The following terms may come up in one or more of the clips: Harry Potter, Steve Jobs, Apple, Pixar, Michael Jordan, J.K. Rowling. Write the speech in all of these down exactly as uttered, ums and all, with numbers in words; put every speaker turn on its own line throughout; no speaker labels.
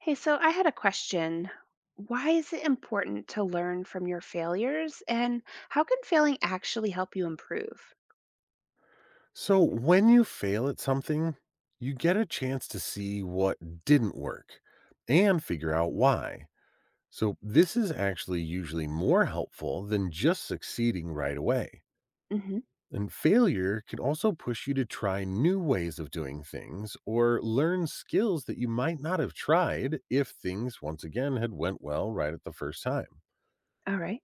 Hey, so I had a question. Why is it important to learn from your failures, and how can failing actually help you improve?
So, when you fail at something, you get a chance to see what didn't work and figure out why. So, this is actually usually more helpful than just succeeding right away.
Mhm.
And failure can also push you to try new ways of doing things or learn skills that you might not have tried if things once again had went well right at the first time.
All right.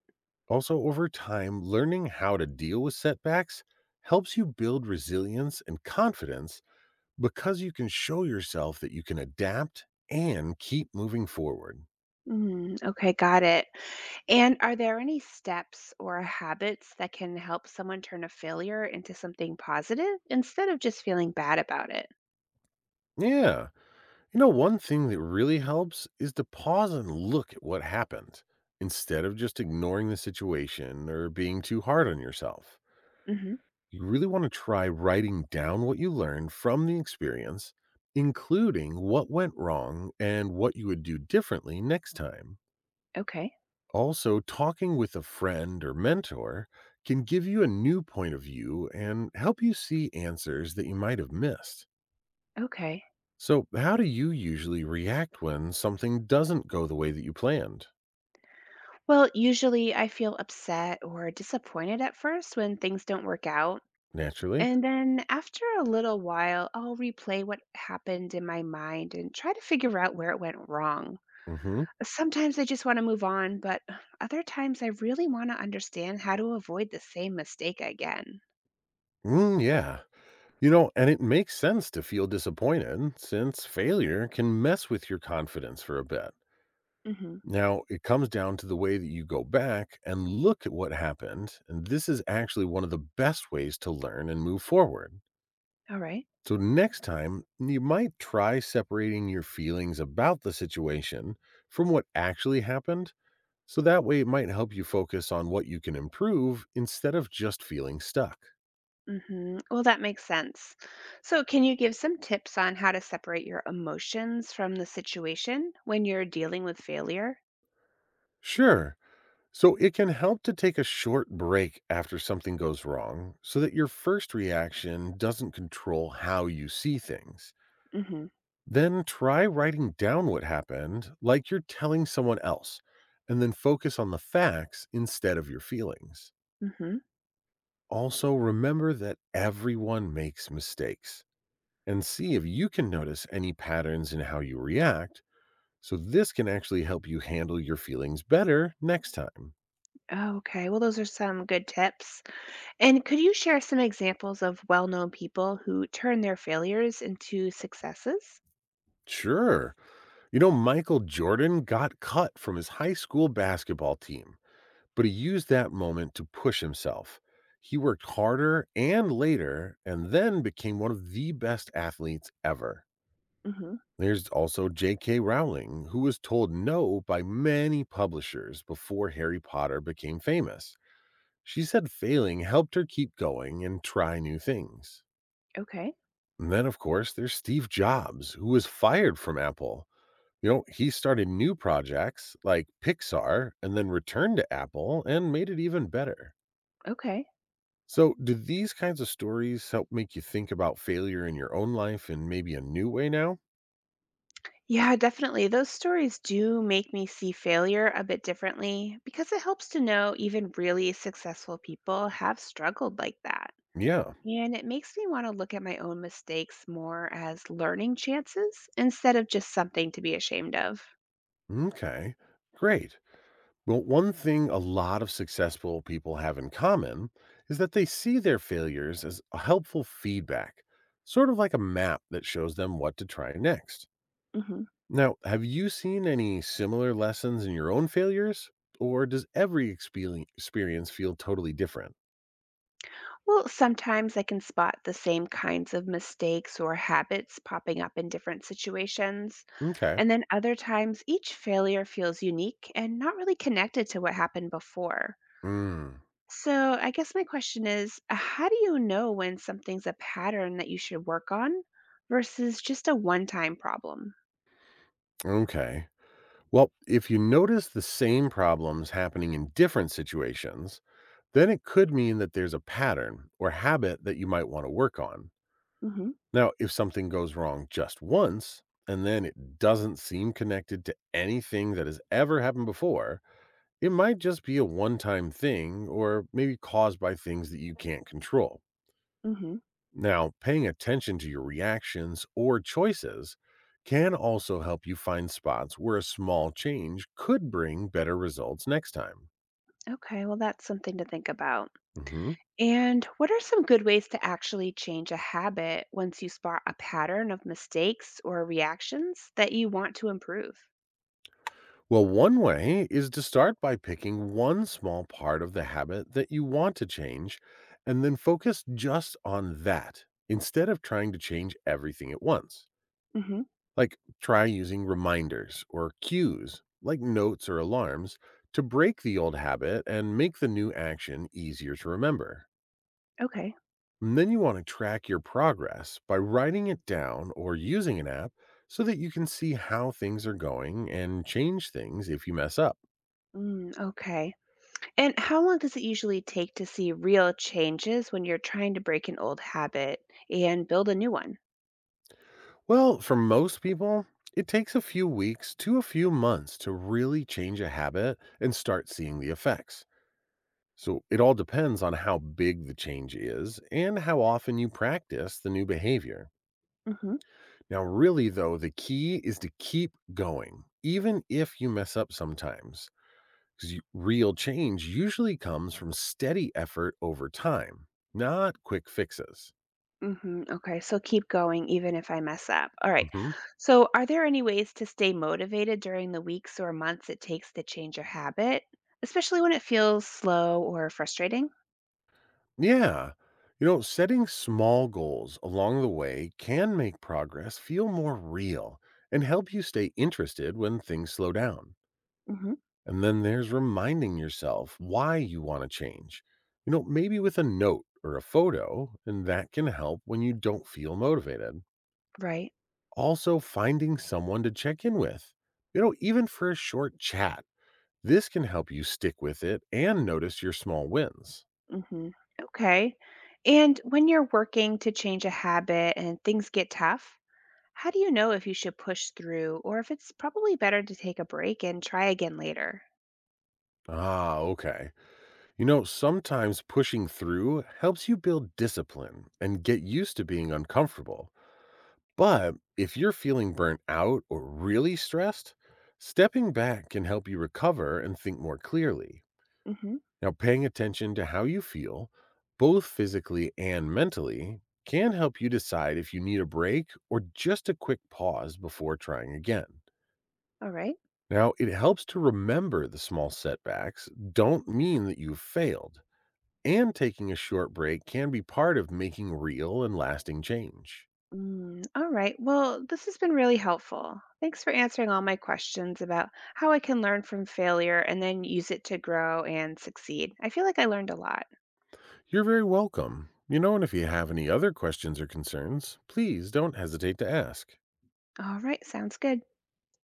Also, over time, learning how to deal with setbacks helps you build resilience and confidence because you can show yourself that you can adapt and keep moving forward.
Mm, okay, got it. And are there any steps or habits that can help someone turn a failure into something positive instead of just feeling bad about it?
Yeah. You know, one thing that really helps is to pause and look at what happened instead of just ignoring the situation or being too hard on yourself.
Hmm.
You really want to try writing down what you learned from the experience, including what went wrong and what you would do differently next time.
Okay.
Also, talking with a friend or mentor can give you a new point of view and help you see answers that you might have missed.
Okay.
So, how do you usually react when something doesn't go the way that you planned?
Well, usually I feel upset or disappointed at first when things don't work out.
Naturally.
And then after a little while, I'll replay what happened in my mind and try to figure out where it went wrong.
Mm-hmm.
Sometimes I just want to move on, but other times I really want to understand how to avoid the same mistake again.
Mm, yeah. You know, and it makes sense to feel disappointed since failure can mess with your confidence for a bit.
Mm-hmm.
Now, it comes down to the way that you go back and look at what happened. And this is actually one of the best ways to learn and move forward.
All right.
So, next time, you might try separating your feelings about the situation from what actually happened. So, that way, it might help you focus on what you can improve instead of just feeling stuck.
Mm-hmm. Well, that makes sense. So, can you give some tips on how to separate your emotions from the situation when you're dealing with failure?
Sure. So, it can help to take a short break after something goes wrong so that your first reaction doesn't control how you see things.
Mm-hmm.
Then try writing down what happened like you're telling someone else, and then focus on the facts instead of your feelings.
Mm-hmm.
Also, remember that everyone makes mistakes and see if you can notice any patterns in how you react. So, this can actually help you handle your feelings better next time.
Okay. Well, those are some good tips. And could you share some examples of well-known people who turn their failures into successes?
Sure. You know, Michael Jordan got cut from his high school basketball team, but he used that moment to push himself. He worked harder and later, and then became one of the best athletes ever.
Mhm.
There's also J K. Rowling, who was told no by many publishers before Harry Potter became famous. She said failing helped her keep going and try new things.
Okay.
And then, of course, there's Steve Jobs, who was fired from Apple. You know, he started new projects like Pixar and then returned to Apple and made it even better.
Okay.
So, do these kinds of stories help make you think about failure in your own life in maybe a new way now?
Yeah, definitely. Those stories do make me see failure a bit differently because it helps to know even really successful people have struggled like that.
Yeah.
And it makes me want to look at my own mistakes more as learning chances instead of just something to be ashamed of.
Okay. Great. Well, one thing a lot of successful people have in common is that they see their failures as a helpful feedback, sort of like a map that shows them what to try next. Now, have you seen any similar lessons in your own failures? Or does every expeli- experience feel totally different?
Well, sometimes I can spot the same kinds of mistakes or habits popping up in different situations.
Okay.
And then other times, each failure feels unique and not really connected to what happened before.
Mm,
So, I guess my question is uh, how do you know when something's a pattern that you should work on versus just a one time problem?
okay. Well, if you notice the same problems happening in different situations, then it could mean that there's a pattern or habit that you might want to work on.
Mm hmm.
Now, if something goes wrong just once, and then it doesn't seem connected to anything that has ever happened before, it might just be a one time thing or maybe caused by things that you can't control.
Mm hmm.
Now, paying attention to your reactions or choices can also help you find spots where a small change could bring better results next time.
Okay. Well, that's something to think about.
Mhm.
And what are some good ways to actually change a habit once you spot a pattern of mistakes or reactions that you want to improve?
Well, one way is to start by picking one small part of the habit that you want to change and then focus just on that instead of trying to change everything at once.
Hmm.
Like try using reminders or cues, like notes or alarms, to break the old habit and make the new action easier to remember.
Okay.
And then you want to track your progress by writing it down or using an app so that you can see how things are going and change things if you mess up.
Mm, okay. And how long does it usually take to see real changes when you're trying to break an old habit and build a new one?
Well, for most people, it takes a few weeks to a few months to really change a habit and start seeing the effects. So it all depends on how big the change is and how often you practice the new behavior.
Mhm.
Now, really, though, the key is to keep going, even if you mess up sometimes, because real change usually comes from steady effort over time, not quick fixes.
Hmm. Okay, so keep going even if I mess up. All right.
Mhm.
So, are there any ways to stay motivated during the weeks or months it takes to change a habit, especially when it feels slow or frustrating?
Yeah. You know, setting small goals along the way can make progress feel more real and help you stay interested when things slow down.
Hmm.
And then there's reminding yourself why you want to change. You know, maybe with a note or a photo, and that can help when you don't feel motivated.
Right.
Also, finding someone to check in with, you know, even for a short chat. This can help you stick with it and notice your small wins.
Hmm. Okay. And when you're working to change a habit and things get tough, how do you know if you should push through or if it's probably better to take a break and try again later?
Ah, okay. You know, sometimes pushing through helps you build discipline and get used to being uncomfortable. But if you're feeling burnt out or really stressed, stepping back can help you recover and think more clearly.
Mm-hmm.
Now, paying attention to how you feel, both physically and mentally, can help you decide if you need a break or just a quick pause before trying again.
All right.
Now, it helps to remember the small setbacks don't mean that you've failed. And taking a short break can be part of making real and lasting change.
Mm, all right. Well, this has been really helpful. Thanks for answering all my questions about how I can learn from failure and then use it to grow and succeed. I feel like I learned a lot.
You're very welcome. You know, and if you have any other questions or concerns, please don't hesitate to ask.
All right. Sounds good.